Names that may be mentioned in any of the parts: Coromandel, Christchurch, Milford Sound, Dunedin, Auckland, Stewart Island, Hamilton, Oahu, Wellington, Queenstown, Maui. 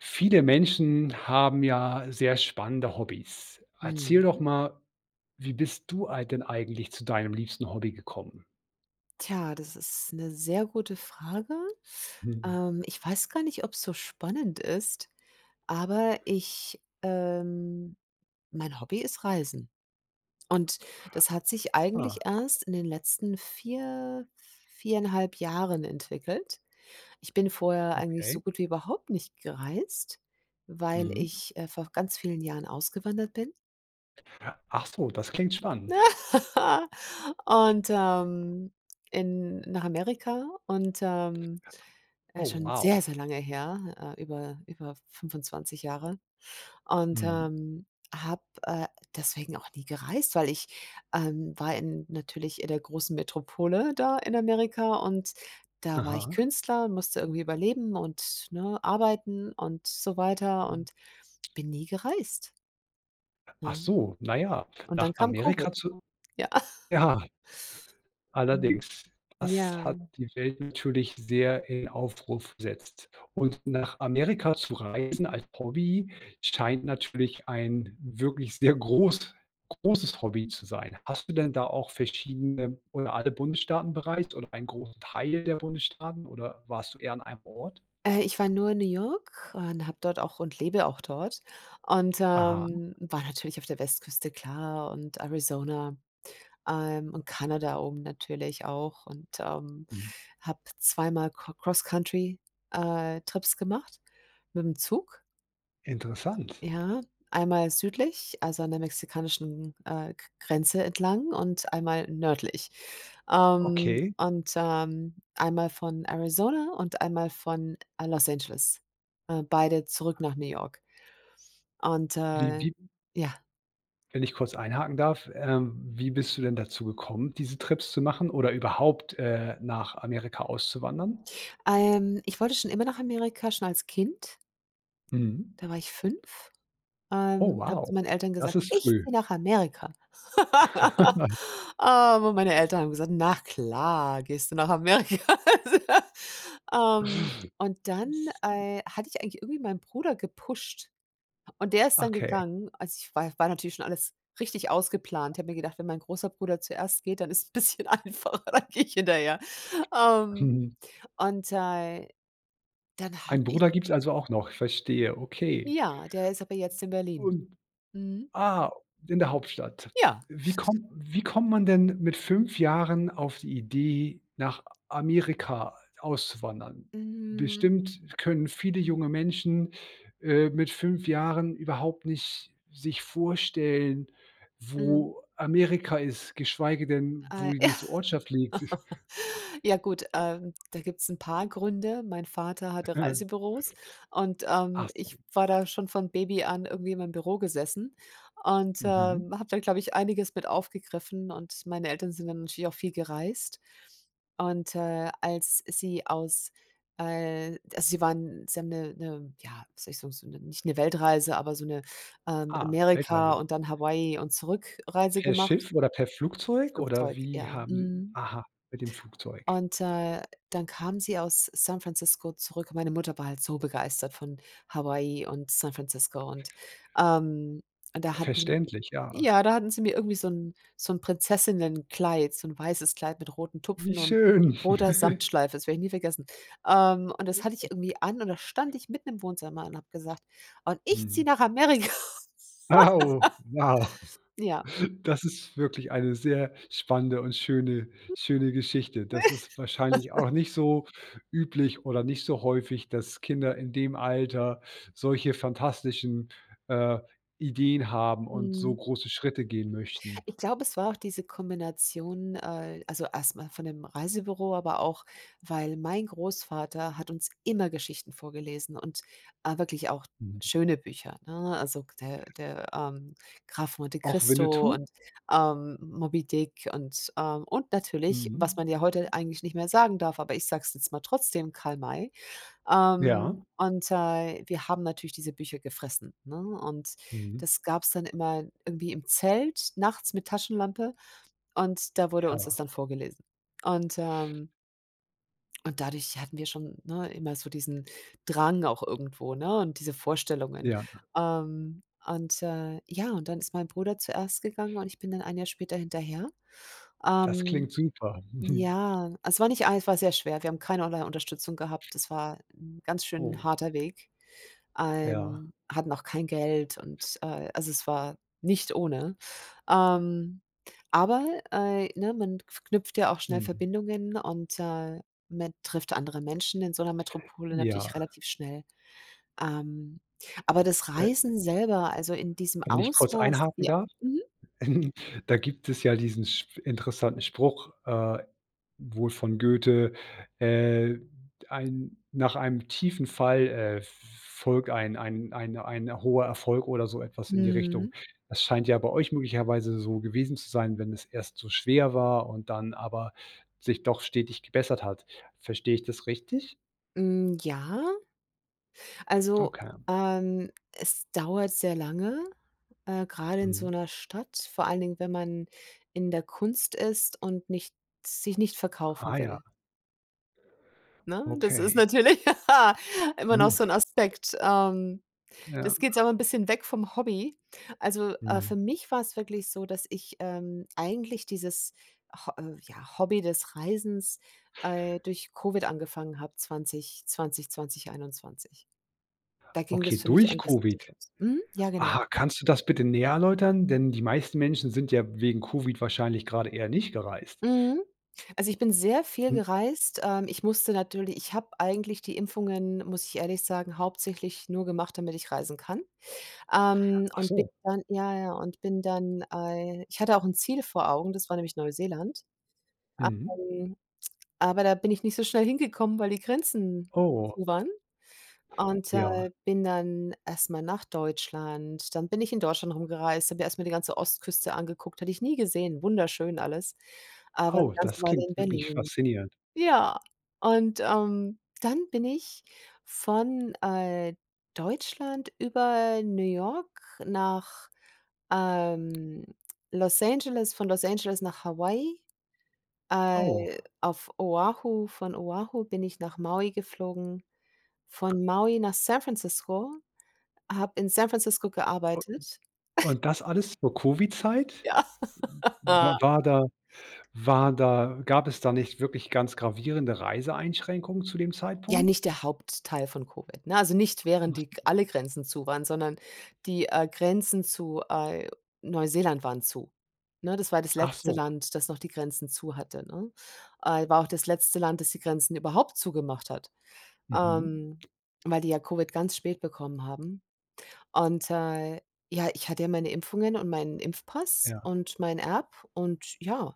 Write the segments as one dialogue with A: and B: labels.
A: Viele Menschen haben ja sehr spannende Hobbys. Erzähl
B: Hm,
A: doch mal, wie bist du ei denn eigentlich zu deinem liebsten Hobby gekommen?
B: tja, das ist eine sehr gute Frage.
A: Mhm.
B: Ich weiß gar nicht, ob es so spannend ist, aber ich mein Hobby ist Reisen. Und das hat sich
A: Ah,
B: eigentlich erst in den letzten viereinhalb Jahren entwickelt. Ich bin vorher eigentlich so
A: okay.
B: gut wie überhaupt nicht gereist, weil
A: Mhm.
B: ich, vor ganz vielen Jahren ausgewandert bin.
A: Ach so, das klingt spannend.
B: Und, in nach Amerika und,
A: Oh,
B: schon
A: wow.
B: sehr, sehr lange her, über 25 Jahre, und,
A: Mhm.
B: habe, deswegen auch nie gereist, weil ich, war in natürlich in der großen Metropole da in Amerika, und da war ich
A: Aha.
B: Künstler und musste irgendwie überleben und, ne, arbeiten und so weiter und bin nie gereist,
A: Ach
B: ne?
A: so, na ja,
B: Und
A: nach
B: dann kam Covid.
A: Amerika zu
B: Ja.
A: ja.
B: Mhm.
A: Allerdings, das
B: Ja.
A: hat die Welt natürlich sehr in Aufruhr versetzt. Und nach Amerika zu reisen als Hobby scheint natürlich ein wirklich sehr großes Hobby zu sein. Hast du denn da auch verschiedene oder alle Bundesstaaten bereist oder einen großen Teil der Bundesstaaten oder warst du eher an einem Ort?
B: Ich war nur in New York und habe dort auch und lebe auch dort, und,
A: Aha,
B: war natürlich auf der Westküste, klar, und Arizona, und Kanada oben natürlich auch, und,
A: mhm.
B: habe zweimal Co Cross-Country, Trips gemacht mit'm Zug.
A: Interessant.
B: Ja, einmal südlich, also an der mexikanischen, G Grenze entlang, und einmal nördlich. Ähm,
A: Okay.
B: und, ähm, einmal von Arizona und einmal von, Los Angeles. Beide zurück nach New York. Und,
A: Wie
B: äh,
A: wie
B: ja.
A: Wenn ich kurz einhaken darf, wie bist du denn dazu gekommen, diese Trips zu machen oder überhaupt, nach Amerika auszuwandern?
B: Ich wollte schon immer nach Amerika, schon als Kind.
A: Mhm.
B: Da war ich fünf,
A: Oh,
B: und habe
A: wow.
B: zu meinen Eltern
A: Das
B: gesagt:
A: ist
B: „Ich
A: früh.
B: ziehe nach Amerika." Aber meine Eltern haben gesagt: „Na klar, gehst du nach Amerika." Und, dann hatte ich eigentlich irgendwie meinen Bruder gepusht und der ist dann
A: Okay.
B: gegangen. Also, ich war natürlich schon alles richtig ausgeplant. Ich habe mir gedacht, wenn mein großer Bruder zuerst geht, dann ist es ein bisschen einfacher, dann gehe ich hinterher. Ähm,
A: Mhm.
B: und, dann
A: Einen
B: habe ich
A: Bruder gibt's also auch noch, ich verstehe, okay.
B: ja, der ist aber jetzt in Berlin.
A: Und
B: Mhm.
A: Ah, in der Hauptstadt.
B: Ja.
A: Wie kommt man denn mit 5 Jahren auf die Idee, nach Amerika auszuwandern?
B: Mhm.
A: Bestimmt können viele junge Menschen, mit 5 Jahren überhaupt nicht sich vorstellen,
B: Mhm.
A: wo Amerika ist, geschweige denn, wo
B: Ei
A: die nächste Ortschaft liegt.
B: Ja gut, da gibt's ein paar Gründe. Mein Vater hatte Reisebüros, und,
A: Ach so,
B: ich war da schon von Baby an irgendwie in meinem Büro gesessen, und,
A: mhm.
B: habe da, glaube ich, einiges mit aufgegriffen, und meine Eltern sind dann natürlich auch viel gereist. Und, äh, als sie aus sie haben eine 'ne, ja, wie soll ich sagen, so 'ne, nicht eine Weltreise, aber so eine,
A: Ah,
B: Amerika
A: Weltreise.
B: und dann Hawaii und Zurückreise
A: Per
B: gemacht.
A: Schiff oder per Flugzeug oder
B: Flugzeug,
A: wie
B: ja.
A: haben Sie
B: Mhm.
A: aha, mit dem Flugzeug.
B: Und, dann kam sie aus San Francisco zurück. Meine Mutter war halt so begeistert von Hawaii und San Francisco, und, ähm, da hatten sie
A: Verständlich, ja.
B: mir irgendwie so 'n Prinzessinnenkleid, so ein weißes Kleid mit roten
A: Wie
B: Tupfen und
A: schön.
B: roter Samtschleife, das werde ich nie vergessen. Und das hatte ich irgendwie an, und da stand ich mitten im Wohnzimmer und habe gesagt: „Und ich ziehe
A: Mhm.
B: nach Amerika."
A: Wow, wow.
B: Ja,
A: Das ist wirklich eine sehr spannende und schöne Geschichte. Das ist wahrscheinlich auch nicht so üblich oder nicht so häufig, dass Kinder in dem Alter solche fantastischen, äh, Ideen haben und so
B: mhm.
A: große Schritte gehen möchten.
B: Ich glaube, es war auch diese Kombination, also erstmal von dem Reisebüro, aber auch, weil mein Großvater hat uns immer Geschichten vorgelesen, und, wirklich auch
A: Mhm.
B: schöne Bücher, ne? Also, der Graf Monte
A: Auch
B: Cristo
A: Winnetou?
B: und, Moby Dick, und natürlich, was
A: Mhm.
B: man ja heute eigentlich nicht mehr sagen darf, aber ich sage es jetzt mal trotzdem, Karl May.
A: Ja.
B: Wir haben natürlich diese Bücher gefressen, ne? Und
A: Mhm.
B: das gab es dann immer irgendwie im Zelt nachts mit Taschenlampe, und da wurde uns das
A: Ja,
B: dann vorgelesen. Und, ähm und dadurch hatten wir schon, ne, immer so diesen Drang auch irgendwo, ne, und diese Vorstellungen.
A: ja.
B: Ja, und dann ist mein Bruder zuerst gegangen und ich bin dann ein Jahr später hinterher.
A: Das
B: Ähm,
A: klingt super.
B: ja, es war nicht einfach. Es war sehr schwer. Wir haben keinerlei Unterstützung gehabt. Das war 'n ganz schön
A: Oh,
B: harter Weg.
A: ja.
B: Hatten auch kein Geld und, also, es war nicht ohne. Ähm, aber, ne, man knüpft ja auch schnell
A: Mhm.
B: Verbindungen, und, man trifft andere Menschen in so einer Metropole
A: Ja.
B: natürlich relativ schnell. Ähm, aber das
A: Da
B: Reisen selber, also, in diesem
A: Wenn ich kurz
B: Ausmaß
A: einhaken
B: ja.
A: darf?
B: Mhm.
A: Da gibt es ja diesen sp interessanten Spruch, wohl von Goethe, äh, ein nach einem tiefen Fall, folgt ein hoher Erfolg oder so etwas in die Richtung.
B: Mhm.
A: Das scheint ja bei euch möglicherweise so gewesen zu sein, wenn es erst so schwer war und dann aber sich doch stetig gebessert hat. Verstehe ich das richtig?
B: Hm, ja. Also,
A: Okay.
B: es dauert sehr lange, grade in so
A: Mhm.
B: 'ner Stadt, vor allen Dingen, wenn man in der Kunst ist und nicht sich nicht
A: Ah
B: verkaufen
A: ja,
B: will, ne? Das ist
A: okay.
B: natürlich immer noch so 'n
A: Mhm.
B: Aspekt. Ähm,
A: Ja.
B: das geht jetzt aber 'n bisschen weg vom Hobby. Also,
A: Mhm.
B: für mich war's wirklich so, dass ich, eigentlich dieses ho ja, Hobby des Reisens, durch Covid angefangen habe, 2020, 2021. Da ging
A: Okay,
B: das für mich
A: durch
B: eigentlich erst
A: Covid.
B: richtig los. Mhm, ja, genau.
A: Aha, kannst du das bitte näher erläutern? Denn die meisten Menschen sind ja wegen Covid wahrscheinlich gerade eher nicht gereist.
B: Mhm. Also, ich bin sehr viel
A: Hm.
B: gereist. Ich musste natürlich ich habe eigentlich die Impfungen, muss ich ehrlich sagen, hauptsächlich nur gemacht, damit ich reisen kann.
A: Ach
B: Und bin
A: so.
B: dann ja, ja, ich hatte auch ein Ziel vor Augen, das war nämlich Neuseeland.
A: Mhm.
B: Ähm, aber da bin ich nicht so schnell hingekommen, weil die Grenzen
A: Oh,
B: zu waren. Und,
A: ja.
B: bin dann erst mal nach Deutschland. Dann bin ich in Deutschland rumgereist, habe mir erst mal die ganze Ostküste angeguckt, hatte ich nie gesehen, wunderschön alles, aber eine
A: Oh,
B: ganze
A: das
B: Weile in
A: klingt wirklich
B: Berlin.
A: faszinierend.
B: Ja, und, dann bin ich von, Deutschland über New York nach, ähm, Los Angeles, von Los Angeles nach Hawaii,
A: Oh,
B: auf Oahu, von Oahu bin ich nach Maui geflogen, von Maui nach San Francisco, habe in San Francisco gearbeitet.
A: und das alles zur Covid-Zeit?
B: Ja.
A: Wa war da gab es da nicht wirklich ganz gravierende Reiseeinschränkungen zu dem
B: Ja,
A: Zeitpunkt?
B: nicht der Hauptteil von Covid, ne? Also, nicht während
A: Ach
B: die alle Grenzen zu waren, sondern die, Grenzen zu, Neuseeland waren zu, ne? Das war das
A: ach
B: letzte
A: so.
B: Land, das noch die Grenzen zu hatte, ne? War auch das letzte Land, das die Grenzen überhaupt zugemacht hat,
A: Mhm.
B: ähm, weil die ja Covid ganz spät bekommen haben. Und, ja, ich hatte ja meine Impfungen und meinen Impfpass
A: Ja.
B: und mein App, und ja,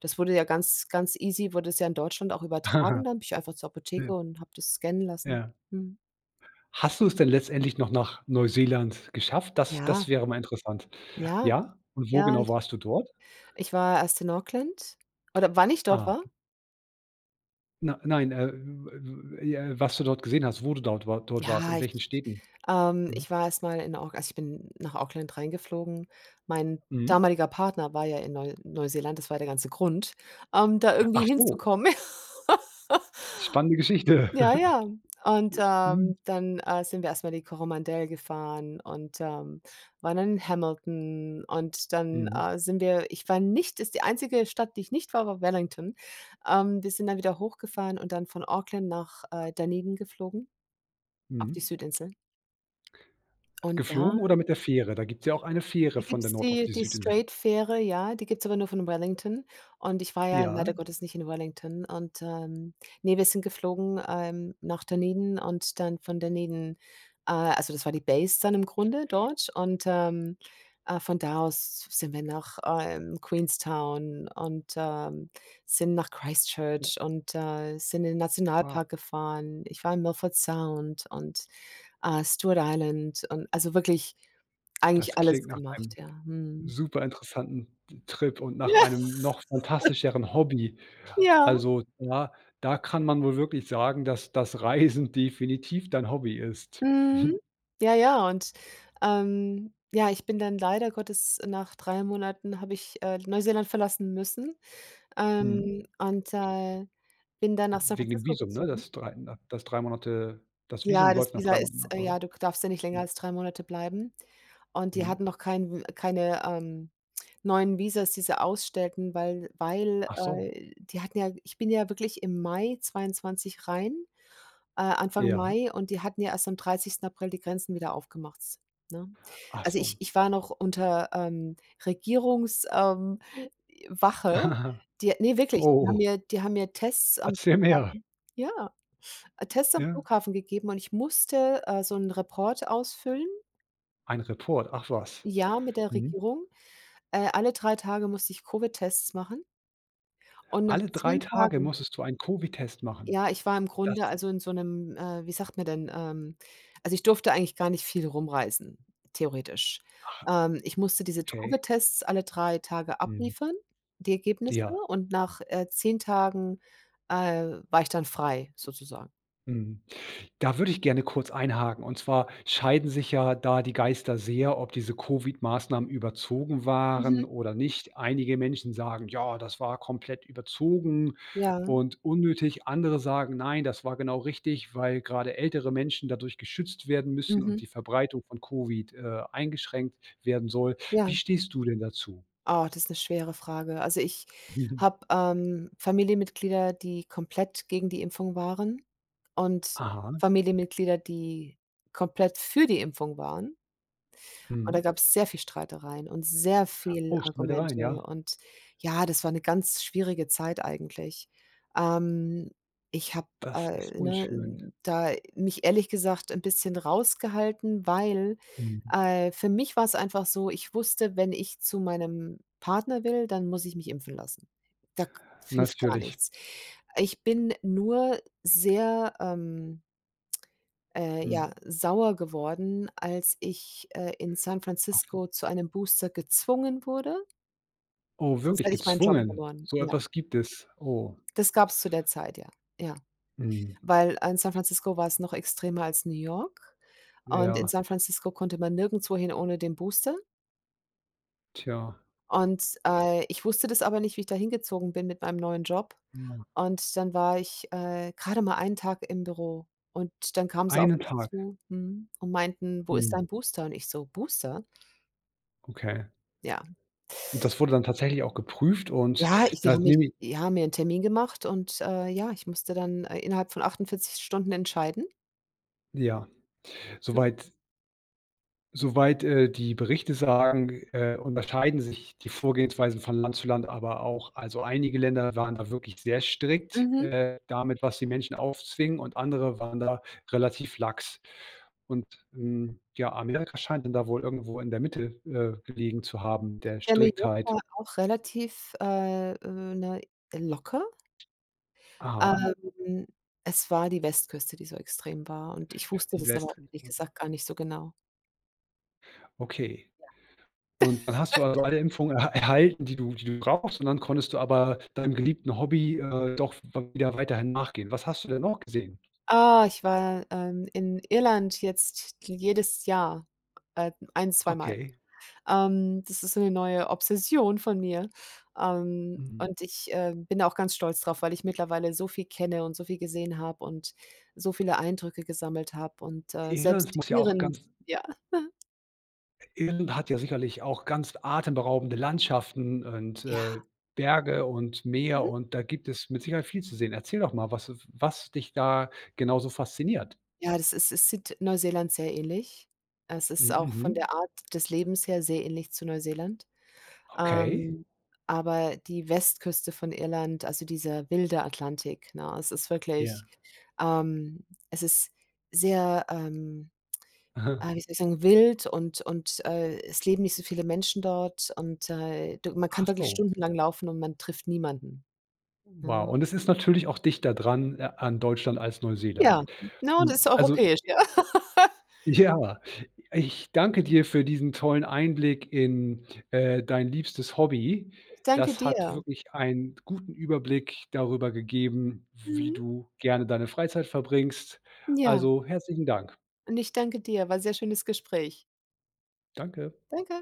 B: das wurde ja ganz ganz easy wurde es ja in Deutschland auch übertragen. Dann bin ich einfach zur Apotheke und habe das scannen lassen.
A: Ja.
B: Mhm.
A: Hast du es denn letztendlich noch nach Neuseeland geschafft? Das
B: Ja,
A: wäre mal interessant.
B: ja,
A: Ja? Und wo
B: ja,
A: genau
B: ich
A: warst du dort?
B: ich war erst in Auckland oder wann ich dort
A: Ah,
B: war?
A: na nein, w w ja, was du dort gesehen hast, wo du dort wa dort warst,
B: Ja,
A: in welchen Städten? Mhm.
B: ich war erst mal in Auckland. Also, ich bin nach Auckland reingeflogen. Mein
A: Mhm.
B: damaliger Partner war ja in Neuseeland, das war der ganze Grund, da irgendwie
A: Ach so,
B: hinzukommen.
A: spannende Geschichte.
B: Ja, ja. Und,
A: Mhm.
B: sind wir erst mal die Coromandel gefahren, und, waren dann in Hamilton, und dann,
A: Mhm.
B: sind wir ich war nicht, ist die einzige Stadt, die ich nicht war, war Wellington. Wir sind dann wieder hochgefahren und dann von Auckland nach, Dunedin geflogen, auf die
A: Mhm.
B: Südinsel. Und da
A: Geflogen oder mit der Fähre? Da gibt's ja auch eine Fähre
B: Da
A: von der
B: gibt's
A: Nord auf
B: die
A: die
B: die
A: Südinsel.
B: Straight-Fähre, ja, die gibt's aber nur von Wellington, und ich war ja
A: Ja?
B: leider Gottes nicht in Wellington, und, ne, wir sind geflogen, nach Dunedin und dann von Dunedin, also das war die Base dann im Grunde dort, und, von da aus sind wir nach, Queenstown und, sind nach
A: Ja,
B: Christchurch und, sind in den
A: wow.
B: Nationalpark gefahren. Ich war in Milford Sound und Ah, Stewart Island und also wirklich
A: Das
B: eigentlich
A: klingt
B: alles
A: nach
B: gemacht,
A: einem
B: ja. Mhm.
A: super interessanten Trip und nach
B: Ja,
A: einem noch fantastischeren Hobby.
B: ja.
A: Also, da kann man wohl wirklich sagen, dass das Reisen definitiv dein Hobby ist.
B: Mhm. Ja, ja und, ja, ich bin dann leider Gottes nach 3 Monaten habe ich, Neuseeland verlassen müssen,
A: Mhm.
B: und, bin dann nach San
A: Wegen dem
B: Francisco
A: Visum, ne?
B: gezogen.
A: Das Visum
B: Ja,
A: läuft
B: das
A: nach
B: Visa
A: 3 Monaten
B: ist,
A: ab, oder?
B: ja, du darfst ja nicht länger
A: Mhm.
B: als 3 Monate bleiben. Und die
A: Mhm.
B: hatten noch keine, neuen Visas, die sie ausstellten, weil weil,
A: Ach so.
B: die hatten ja ich bin ja wirklich im Mai 22 rein, Anfang
A: Ja.
B: Mai, und die hatten ja erst am 30. April die Grenzen wieder aufgemacht, ne?
A: Ach
B: Also, ich
A: so.
B: ich war noch unter, Regierungs Wache, die, ne, wirklich, die haben
A: Oh,
B: mir die haben mir
A: erzähl mehr.
B: Ja, Tests am
A: Ja?
B: Flughafen gegeben, und ich musste, so 'n Report ausfüllen,
A: Ein Report, ach was.
B: ja, mit der
A: Mhm.
B: Regierung. Alle 3 Tage musste ich Covid-Tests machen und nach
A: Alle 3
B: 10
A: Tage
B: Tagen
A: musstest du einen Covid-Test machen.
B: Ja, ich war im
A: Das
B: Grunde also in so 'nem, wie sagt man denn, also, ich durfte eigentlich gar nicht viel rumreisen, theoretisch.
A: Ach,
B: Ich musste diese
A: okay.
B: Drogetests alle 3 Tage
A: Mhm.
B: abliefern, die Ergebnisse,
A: Ja.
B: und nach, 10 Tagen, war ich dann frei sozusagen.
A: Mhm. Da würde ich gerne kurz einhaken. Und zwar scheiden sich ja da die Geister sehr, ob diese Covid-Maßnahmen überzogen waren
B: Mhm.
A: oder nicht. Einige Menschen sagen, ja, das war komplett überzogen
B: Ja,
A: und unnötig. Andere sagen, nein, das war genau richtig, weil gerade ältere Menschen dadurch geschützt werden müssen und
B: mhm,
A: die Verbreitung von Covid, eingeschränkt werden soll.
B: ja.
A: Wie stehst du denn dazu?
B: Oh, das ist 'ne schwere Frage. Also, ich
A: Mhm.
B: habe, Familienmitglieder, die komplett gegen die Impfung waren, und
A: Aha,
B: Familienmitglieder, die komplett für die Impfung waren. Und da
A: mhm.
B: gab's sehr viel Streitereien und sehr viel
A: Oh, schneide rein,
B: Argumente,
A: ja.
B: und ja, das war 'ne ganz schwierige Zeit eigentlich. Ähm, ich habe,
A: Das ist unschön.
B: ne, da mich ehrlich gesagt 'n bisschen rausgehalten, weil,
A: Mhm.
B: für mich war's einfach so, ich wusste, wenn ich zu meinem Partner will, dann muss ich mich impfen lassen. Da k Hilft gar
A: Natürlich.
B: nichts. Ich bin nur sehr, ja,
A: Mhm.
B: sauer geworden, als ich, in San Francisco zu einem Booster gezwungen wurde,
A: Oh,
B: sonst
A: wirklich
B: hätte ich meinen Job
A: gezwungen?
B: verloren.
A: So
B: Ja,
A: etwas gibt es? Oh,
B: das gab es zu der Zeit, ja, ja.
A: mhm.
B: Weil, in San Francisco war es noch extremer als New York, und in
A: Ja,
B: San Francisco konnte man nirgendwo hin ohne den Booster,
A: tja,
B: und, ich wusste das aber nicht, wie ich da hingezogen bin mit meinem neuen Job,
A: ah,
B: und dann war ich, grade mal einen Tag im Büro und dann kamen sie auf
A: einen
B: mich
A: Tag.
B: zu, mhm, und meinten: „Wo ist
A: Mhm,
B: dein Booster?" Und ich so: „Booster?"
A: okay.
B: Ja.
A: Und das wurde dann tatsächlich auch geprüft und
B: Ja, ich die haben
A: das
B: mich
A: nehme ich
B: die haben mir 'n Termin gemacht, und, ja, ich musste dann, innerhalb von 48 Stunden entscheiden.
A: ja, soweit soweit, die Berichte sagen, unterscheiden sich die Vorgehensweisen von Land zu Land aber auch. Also, einige Länder waren da wirklich sehr strikt,
B: Mhm.
A: damit, was die Menschen aufzwingen und andere waren da relativ lax. Und, ja, Amerika scheint dann da wohl irgendwo in der Mitte, gelegen zu haben, der
B: Ja, New York
A: Striktheit.
B: war auch relativ, ne, locker.
A: Aha,
B: Ähm, es war die Westküste, die so extrem war, und ich wusste
A: die
B: das aber auch
A: Westin.
B: ehrlich gesagt gar nicht so genau.
A: Okay. Und dann hast du also alle Impfungen er erhalten, die du brauchst und dann konntest du aber deinem geliebten Hobby, doch w wieder weiterhin nachgehen. Was hast du denn noch gesehen?
B: Ah, ich war, in Irland jetzt jedes Jahr, ein zweimal.
A: Okay.
B: Das ist so 'ne neue Obsession von mir. Ähm,
A: Mhm.
B: und ich, bin da auch ganz stolz drauf, weil ich mittlerweile so viel kenne und so viel gesehen habe und so viele Eindrücke gesammelt habe, und,
A: Irland
B: selbst
A: muss ja auch
B: Iren,
A: ganz
B: ja,
A: Irland hat ja sicherlich auch ganz atemberaubende Landschaften und,
B: ja,
A: Berge und Meer
B: mhm.
A: und da gibt es mit Sicherheit viel zu sehen. Erzähl doch mal, was dich da genau so fasziniert?
B: Ja, das ist es sieht Neuseeland sehr ähnlich. Es
A: M
B: ist auch von
A: Mhm.
B: der Art des Lebens her sehr ähnlich zu Neuseeland.
A: Okay.
B: Ähm, aber die Westküste von Irland, also dieser wilde Atlantik, ne? Es ist wirklich
A: Ja.
B: ähm, es ist sehr,
A: Aha.
B: Wie soll ich sagen, wild und es leben nicht so viele Menschen dort, und, du man
A: Ach
B: kann wirklich
A: so.
B: stundenlang laufen und man trifft niemanden,
A: Wow.
B: ne?
A: Und es ist natürlich auch dichter dran, an Deutschland als Neuseeland.
B: Ja, ne, das ist
A: Hm, also.
B: europäisch, ja.
A: Ja, ich danke dir für diesen tollen Einblick in, dein liebstes Hobby.
B: Ich danke
A: Das hat
B: dir.
A: wirklich einen guten Überblick darüber gegeben, wie
B: Mhm,
A: du gerne deine Freizeit verbringst.
B: ja,
A: Also, herzlichen Dank.
B: und ich danke dir. War ein sehr schönes Gespräch.
A: Danke.
B: Danke.